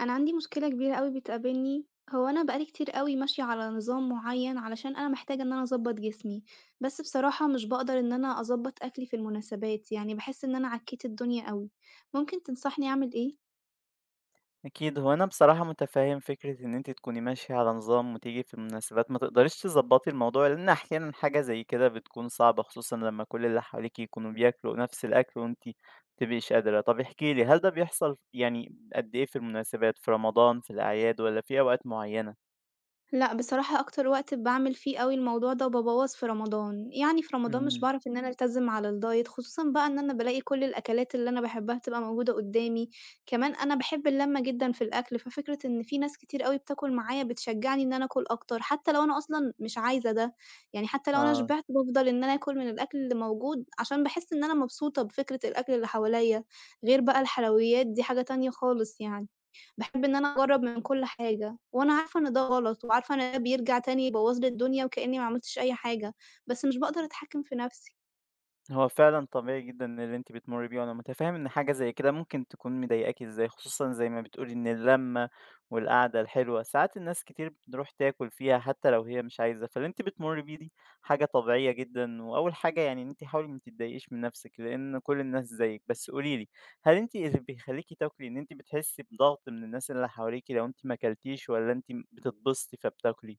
أنا عندي مشكلة كبيرة أوي بتقابلني، هو أنا بقى لي كتير أوي ماشية على نظام معين علشان أنا محتاجة إن أنا أضبّط جسمي، بس بصراحة مش باقدر إن أنا أضبّط أكلي في المناسبات، يعني باحس إن أنا عكيت الدنيا أوي، ممكن تنصحني أعمل إيه؟ أكيد هو أنا بصراحة متفهم فكرة إن أنتِ تكوني ماشية على نظام وتيجي في المناسبات ما تقدريش تضبطي الموضوع، لأن أحيانًا حاجة زي كده بتكون صعبة، خصوصًا لما كل اللي حواليكِ يكونوا بياكلوا نفس الأكل وأنتِ ما بتبقيش قادرة. طب احكِ لي، هل ده بيحصل يعني قد إيه في المناسبات، في رمضان، في الأعياد والّا في أوقات معينة؟ لأ، بصراحة أكتر وقت باعمل فيه أوي الموضوع ده وبابوّظ في رمضان، يعني في رمضان مش إمم، باعرف إن أنا ألتزم على الdiet، خصوصًا بقى إن أنا بالاقي كل الأكلات اللي أنا باحبها بتبقى موجودة قدّامي. كمان أنا باحب اللمّة جدًا في الأكل، ففكرة إن في ناس كتير أوي بتاكل معايا بتشجّعني إن أنا آكل أكتر، حتى لو أنا أصلًا مش عايزة ده. يعني حتى لو أنا آه. شبعت بافضل إن أنا آكل من الأكل اللي موجود عشان باحس إن أنا مبسوطة بفكرة الأكل اللي حواليّا. غير بقى الحلويات دي حاجة تانية خالص يعني. باحب إن أنا أجرّب من كل حاجة، وأنا عارفة إن ده غلط، وعارفة إن ده بيرجع تاني يبوّظ لي الدنيا وكإني ما عملتش أي حاجة، بس مش باقدر أتحكّم في نَفْسي. هو فعلًا طبيعي جدًا اللي أنتِ بتمُرّي بيه، وأنا متفهّم إن حاجة زي كده ممكن تكون مضايقاكِ إزاي، خصوصًا زي ما بتقولي إن اللمة والقعدة الحلوة، ساعات الناس كتير بتروح تاكل فيها حتى لو هي مش عايزة، فاللي أنتِ بتمُرّي بيه دي حاجة طبيعية جدًا، وأول حاجة يعني إن أنتِ حاولي ما تتضايقيش من نَفْسِك، لإن كل الناس زيِّك. بس قولي لي، هل أنتِ اللي بيخلّيكِ تاكلي إن أنتِ بتحسّي بضغط من الناس اللي حواليكِ لو أنتِ ما كلتيش والّا أنتِ بتتبسطي فبتاكلي؟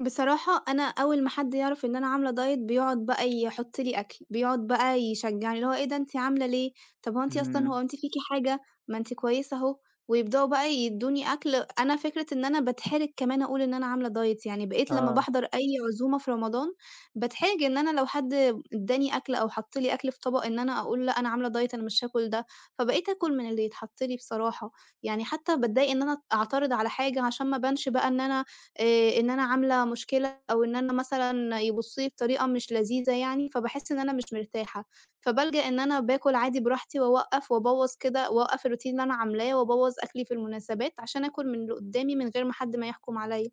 بصراحة أنا أول ما حد يعرف إن أنا عاملة دايت بيقعد بقى يحط لي أكل، بيقعد بقى يشجعني اللي هو: إيه ده، أنتِ عاملة ليه؟ طب هو أنتِ أصلًا، هو إمم، أنتِ فيكِ حاجة؟ ما أنتِ كويسة أهو. ويبدأوا بقى يدوني أكل. أنا فكرة إن أنا باتحرج كمان أقول إن أنا عاملة دايت، يعني بقيت لمّا آه. باحضر أي عزومة في رمضان باتحرج إن أنا لو حد ادّاني أكل أو حط لي أكل في طبق إن أنا أقول: لأ أنا عاملة دايت، أنا مش هاكل ده. فبقيت آكل من اللي يتحط لي بصراحة. يعني حتى باتضايق إن أنا أعترض على حاجة عشان ما أبانش بقى إن أنا عاملة مشكلة، أو إن أنا مثلًا يبُصّوا لي بطريقة مش لذيذة يعني، فباحس إن أنا مش مرتاحة. فبالجأ إن أنا باكل عادي براحتي، وأوقّف وأبوّظ كده، وأوقّف الroutine اللي أنا عاملاه، وأبوّظ أكلي في المناسبات عشان آكل من اللي قدّامي من غير ما حد ما يحكم عليّا.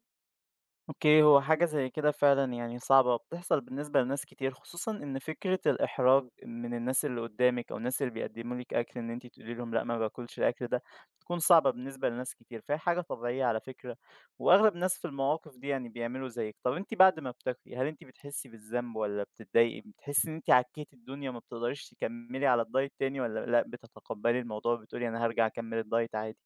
اوكي هو حاجة زي كده فعلا يعني صعبة بتحصل بالنسبة لناس كتير، خصوصا ان فكرة الاحراج من الناس اللي قدامك او الناس اللي بيقدموا لك اكل ان انت تقولي لهم لا ما باكلش الاكل ده بتكون صعبة بالنسبة لناس كتير، فهي حاجة طبيعية على فكرة. واغلب الناس في المواقف دي يعني بيعملوا زيك. طب انت بعد ما بتاكلي هل انت بتحسي بالذنب ولا بتتضايقي، بتحسي ان انت عكيتي الدنيا ما بتقدريش تكملي على الدايت تاني، ولا لا بتتقبلي الموضوع بتقولي انا هرجع اكمل الدايت عادي؟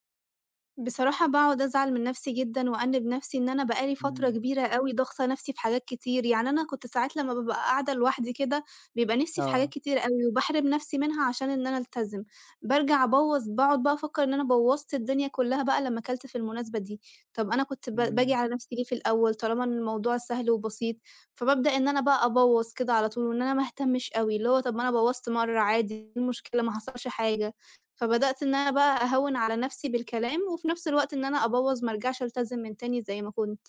بصراحة باقعد أزعل من نَفْسي جدًا، وأأنِّب نَفْسي إن أنا بقى لي فترة مم. كبيرة أوي ضاغطة نَفْسي في حاجات كتير، يعني أنا كنت ساعات لمّا بابقى قاعدة لوحدي كده، بيبقى نِفْسي في حاجات اه. كتير أوي وباحرم نَفْسي منها عشان إن أنا ألتزم، بارجع أبوّظ. باقعد بقى أفكّر إن أنا بوّظت الدنيا كُلّها بقى لمّا كَلت في المناسبة دي. طَب أنا كنت باجي مم. على نَفْسي ليه في الأول طالما إن الموضوع سهل وبسيط؟ فبابدأ إن أنا بقى أبوّظ كده على طول، وإن أنا ما أهتمش أوي، اللي هو طَب ما أنا بوّظت مرّة عادي، إيه المشكلة؟ ما حصلش حاجة. فبدأت إن أنا بقى أهوّن على نَفْسي بالكلام، وفي نَفْس الوقت إن أنا أبوّظ ما ارجعش ألتزم من تاني زي ما كنت.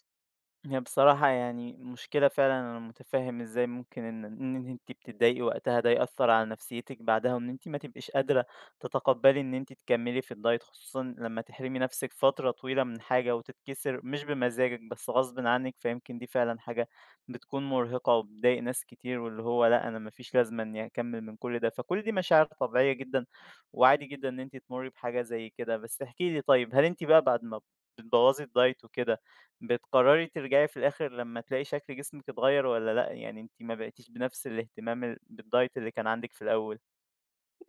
هي بصراحة يعني مشكلة فعلًا، أنا متفهم إزاي ممكن إن أنتِ بتتضايقي وقتها ده يأثّر على نفسيتِك بعدها، وإن أنتِ ما تبقيش قادرة تتقبّلي إن أنتِ تكمّلي في الdiet، خصوصًا لمّا تحرمي نفسِك فترة طويلة من حاجة وتتكسر مش بمزاجِك بس غصبٍ عنِّك، فيمكن دي فعلًا حاجة بتكون مرهقة وبتضايق ناس كتير، واللي هو لأ أنا ما فيش لازمة إني أكمّل من كل ده، فكل دي مشاعر طبيعية جدًا، وعادي جدًا إن أنتِ تمُرّي بحاجة زي كده. بس احكي لي طيب، هل أنتِ بقى بعد ما بتبوّظي الdiet وكده بتقرري ترجعي في الآخر لمّا تلاقي شكل جسمِك اتغيّر والّا لأ، يعني أنتِ ما بقيتيش بنفس الاهتمام بالdiet اللي كان عندِك في الأول؟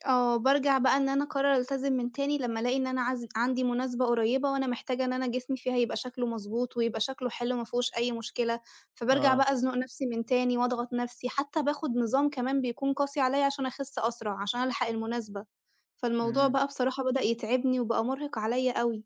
آه، بارجع بقى إن أنا أقرّر ألتزم من تاني لمّا ألاقي إن أنا عندي مناسبة قريّبة وأنا محتاجة إن أنا جسمي فيها يبقى شكله مضبوط ويبقى شكله حلو ما فيهوش أي مشكلة. فبارجع آه. بقى أزنُق نَفْسي من تاني وأضغط نَفْسي، حتّى باخُد نظام كمان بيكون قاسي عليّا عشان أخِس أسرع، عشان ألحق المناسبة. فالموضوع إمم. بقى بصراحة بدأ يتعبني وبقى مُرهِق عليّا أوي.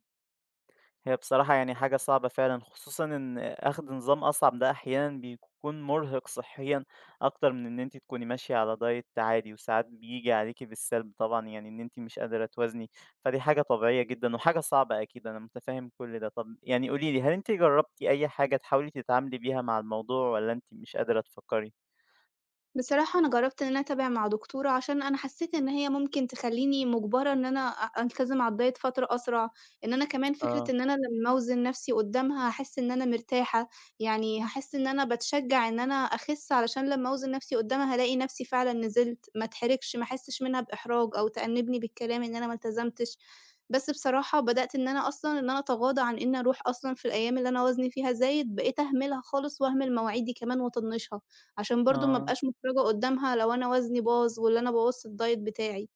هي بصراحة يعني حاجة صعبة فعلًا، خصوصًا إن أخْد نظام أصعب ده أحيانًا بيكون مرهق صحيًا أكتر من إن أنتِ تكوني ماشية على diet عادي، وساعات بييجي عليكِ بالسلب طبعًا، يعني إن أنتِ مش قادرة توازني، فدي حاجة طبيعية جدًا وحاجة صعبة أكيد، أنا متفهِّم كل ده. طَب يعني قولي لي، هل أنتِ جرّبتِ أي حاجة تحاولي تتعاملي بيها مع الموضوع والّا أنتِ مش قادرة تفكّري؟ بصراحة أنا جرّبت إن أنا أتابع مع دكتورة، عشان أنا حسّيت إن هي ممكن تخلّيني مُجبرة إن أنا ألتزم على الdiet فترة أسرع، إن أنا كمان فكرة آه. إن أنا لمّا أوزن نَفْسي قُدّامها هاحس إن أنا مرتاحة. يعني هاحس إن أنا باتشجّع إن أنا أخِس، علشان لمّا أوزن نَفْسي قُدّامها هالاقي نَفْسي فعلًا نزلت، ما اتحرجش، ما أحسّش منها بإحراج أو تأنّبني بالكلام إن أنا ما التزمتش. بس بصراحة بدأت إن أنا أصلًا إن أنا أتغاضى عن إنّي أروح أصلًا في الأيام اللي أنا وزني فيها زايد، بقيت أهملها خالص، وأهمل مواعيدي كمان وأطنّشها، عشان برضه ما آه، ابقاش محرجة قدّامها لو أنا وزني باظ، والّا أنا بوّظت الدايت بتاعي.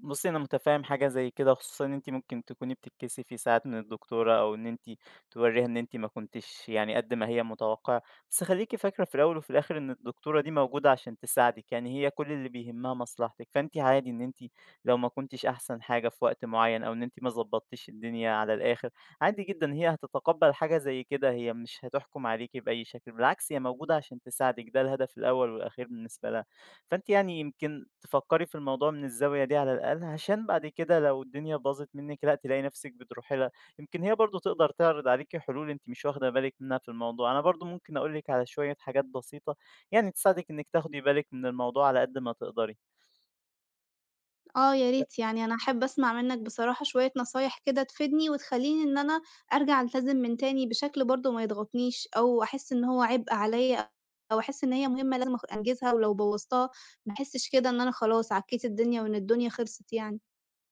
بُصّي أنا متفهم حاجة زي كده، خصوصًا إن أنتِ ممكن تكوني بتتكسفي ساعات من الدكتورة، أو إن أنتِ تورّيها إن أنتِ ما كنتيش يعني قد ما هي متوقعة، بس خليكِ فاكرة في الأول وفي الآخر إن الدكتورة دي موجودة عشان تساعدِك، يعني هي كل اللي بيهمها مصلحتِك، فأنتِ عادي إن أنتِ لو ما كنتيش أحسن حاجة في وقت معيّن، أو إن أنتِ ما ضبطتيش الدنيا على الآخر، عادي جدًا هي هتتقبّل حاجة زي كده، هي مش هتحكم عليكِ بأي شكل، بالعكس هي موجودة عشان تساعدِك، ده الهدف الأول والأخير بالنسبة لها. فأنتِ يعني يمكن تفكّري في الموضوع من الزاوية دي على الأقل، عشان بعد كده لو الدنيا باظت منِّك، لأ تلاقي نفسِك بتروحي لها. يمكن هي برضه تقدر تعرض عليكِ حلول أنتِ مش واخدة بالِك منها في الموضوع. أنا برضه ممكن أقول لِك على شوية حاجات بسيطة، يعني تساعدِك إنِّك تاخدي بالِك من الموضوع على قد ما تقدري. آه، يا ريت يعني، أنا أحب أسمع منّك بصراحة شوية نصايح كده تفيدني، وتخلّيني إن أنا أرجع ألتزم من تاني بشكل برضه ما يضغطنيش، أو أحس إن هو عبء عليَّ، أو أحس إن هي مهمة لازم أنجزها، ولو بوّظتها ما احسش كده إن أنا خلاص عكيت الدنيا وإن الدنيا خلصت يعني.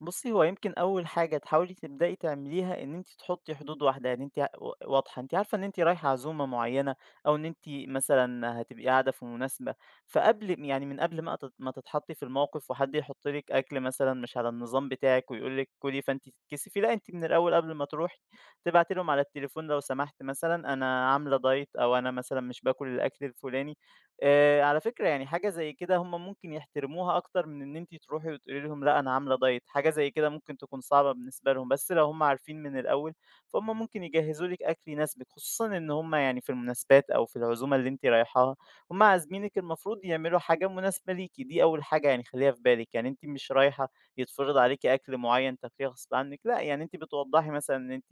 بُصّي، هو يمكن أول حاجة تحاولي تبدئي تعمليها إن أنتِ تحطّي حدود واضحة، يعني أنتِ واضحة، أنتِ عارفة إن أنتِ رايحة عزومة معيّنة أو إن أنتِ مثلًا هتبقي قاعدة في مناسبة، فقبل يعني من قبل ما ما تتحطّي في الموقف وحد يحط لِك أكل مثلًا مش على النظام بتاعِك ويقول لِك كُلي فأنتِ تتكسفي، لأ، أنتِ من الأول قبل ما تروحي تبعتي لهم على التليفون لو سمحت مثلًا أنا عاملة diet أو أنا مثلًا مش باكل الأكل الفلاني. على فكرة يعني حاجة زي كده هم ممكن يحترموها أكتر من إن أنتِ تروحي وتقولي لهم لأ أنا عاملة diet، حاجة زي كده ممكن تكون صعبة بالنسبة لهم، بس لو هم عارفين من الأول، فهم ممكن يجهّزوا لِك أكل يناسبِك، خصوصًا إن هم يعني في المناسبات أو في العزومة اللي أنتِ رايحاها، هم عازمينِك المفروض يعملوا حاجة مناسبة ليكِ، دي أول حاجة يعني خلّيها في بالِك، يعني أنتِ مش رايحة يتفرض عليكِ أكل معيّن تاكليه غصب عنِّك، لأ يعني أنتِ بتوضّحي مثلًا إن أنتِ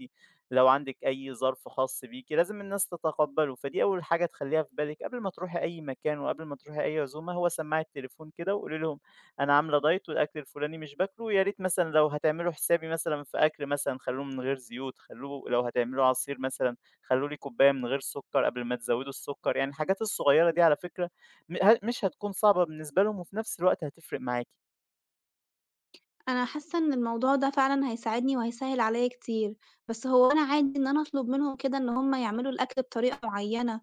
لو عندِك أي ظرف خاص بيكِ لازم الناس تتقبّله، فدي أول حاجة تخلّيها في بالِك قبل ما تروحي أي مكان وقبل ما تروحي أي عزومة، هو سماعة تليفون كده وقولي لهم أنا عاملة دايت والأكل الفلاني مش باكله، يا ريت مثلًا لو هتعملوا حسابي مثلًا في أكل مثلًا خلّوه من غير زيوت، خلّوه لو هتعملوا عصير مثلًا خلّوا لي كوباية من غير سُكّر قبل ما تزوّدوا السُكّر، يعني الحاجات الصغيّرة دي على فكرة م ه مش هتكون صعبة بالنسبة لهم وفي نفس الوقت هتفرق معاكِ. أنا حاسة إن الموضوع ده فعلًا هيساعدني وهيسهّل عليَّ كتير، بس هو أنا عادي إن أنا أطلب منهم كده إن هم يعملوا الأكل بطريقة معيّنة؟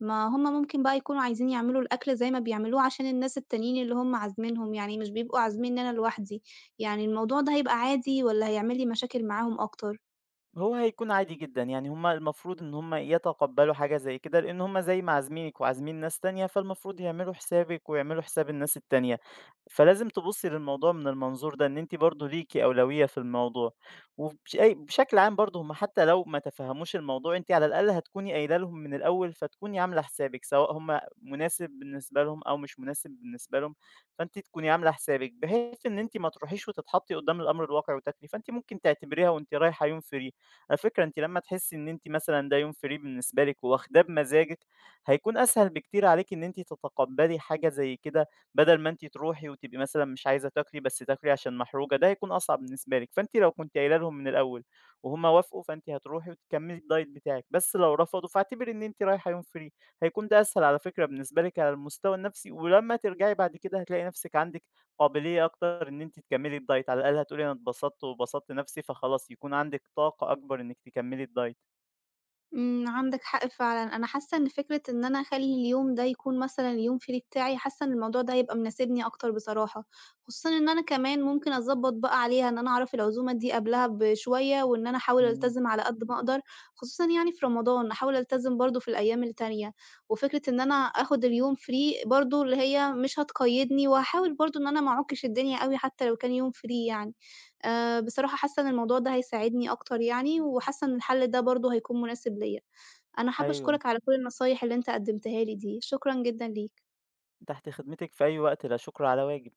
ما هم ممكن بقى يكونوا عايزين يعملوا الأكل زي ما بيعملوه عشان الناس التانيين اللي هم عازمينهم، يعني مش بيبقوا عازمين إن أنا لوحدي. يعني الموضوع ده هيبقى عادي والّا هيعمل لي مشاكل معاهم أكتر؟ هو هيكون عادي جدًا، يعني هُم المفروض إن هُم يتقبّلوا حاجة زي كده، لإن هُم زي ما عازمينِك وعازمين ناس تانية، فالمفروض يعملوا حسابِك ويعملوا حساب الناس التانية، فلازم تبُصّي للموضوع من المنظور ده، إن أنتِ برضه ليكِ أولوية في الموضوع، أي بشكل عام برضه هُم حتى لو ما تفهّموش الموضوع، أنتِ على الأقل هتكوني قايلة لهم من الأول، فتكوني عاملة حسابِك، سواء هُم مناسب بالنسبة لهم أو مش مناسب بالنسبة لهم، فأنتِ تكوني عاملة حسابِك، بحيث إن أنتِ ما تروحيش وتتحطّي قدّام الأمر الواقع وتاكلي، فأنتِ ممكن تعتبريها وأنتِ رايحة يوم free. على فكرة أنتِ لمّا تحسّي إن أنتِ مثلًا ده يوم free بالنسبة لِك وواخداه بمزاجِك، هيكون أسهل بكتير عليكِ إن أنتِ تتقبّلي حاجة زي كده، بدل ما أنتِ تروحي وتبقي مثلًا مش عايزة تاكلي، بس تاكلي عشان محروجة، ده هيكون أصعب بالنسبة لِك. فأنتِ لو كنتِ قايلة لهم من الأول وهُم وافقوا، فأنتِ هتروحي وتكمّلي الdiet بتاعِك، بس لو رفضوا فاعتبري إن أنتِ رايحة يوم free، هيكون ده أسهل على فكرة بالنسبة لِك على المستوى النفسي، ولمّا ترجعي بعد كده هتلاقي نفسِك عندِك قابلية أكتر إن أنتِ تكمّلي الdiet، على الأقل هتقولي أنا اتبسطت وبسطت نَفْسي، فخلاص يكون عندِك طاقة أكبر إنِّك تكمّلي الdiet. عندك حق فعلًا. أنا حاسة إن فكرة إن أنا أخلّي اليوم ده يكون مثلًا اليوم free بتاعي، حاسة إن الموضوع ده هيبقى مناسبني أكتر بصراحة، خصوصًا إن أنا كمان ممكن أضبّط بقى عليها إن أنا أعرف العزومة دي قبلها بشوية، وإن أنا أحاول إمم. ألتزم على قد ما أقدر. خصوصًا يعني في رمضان، أحاول ألتزم برضه في الأيام التانية، وفكرة إن أنا آخُد اليوم free برضه اللي هي مش هتقيدني، وهاحاول برضه إن أنا ما أعُكِّش الدنيا أوي حتى لو كان يوم free يعني. بصراحة حاسة إن الموضوع ده هيساعدني أكتر يعني، وحاسة إن الحل ده برضه هيكون مناسب ليّا. أنا حابة أيوه، أشكرك على كل النصايح اللي أنت قدّمتها لي دي، شكرًا جدًا ليك. تحت خدمتِك في أي وقت، لا شُكر على واجب.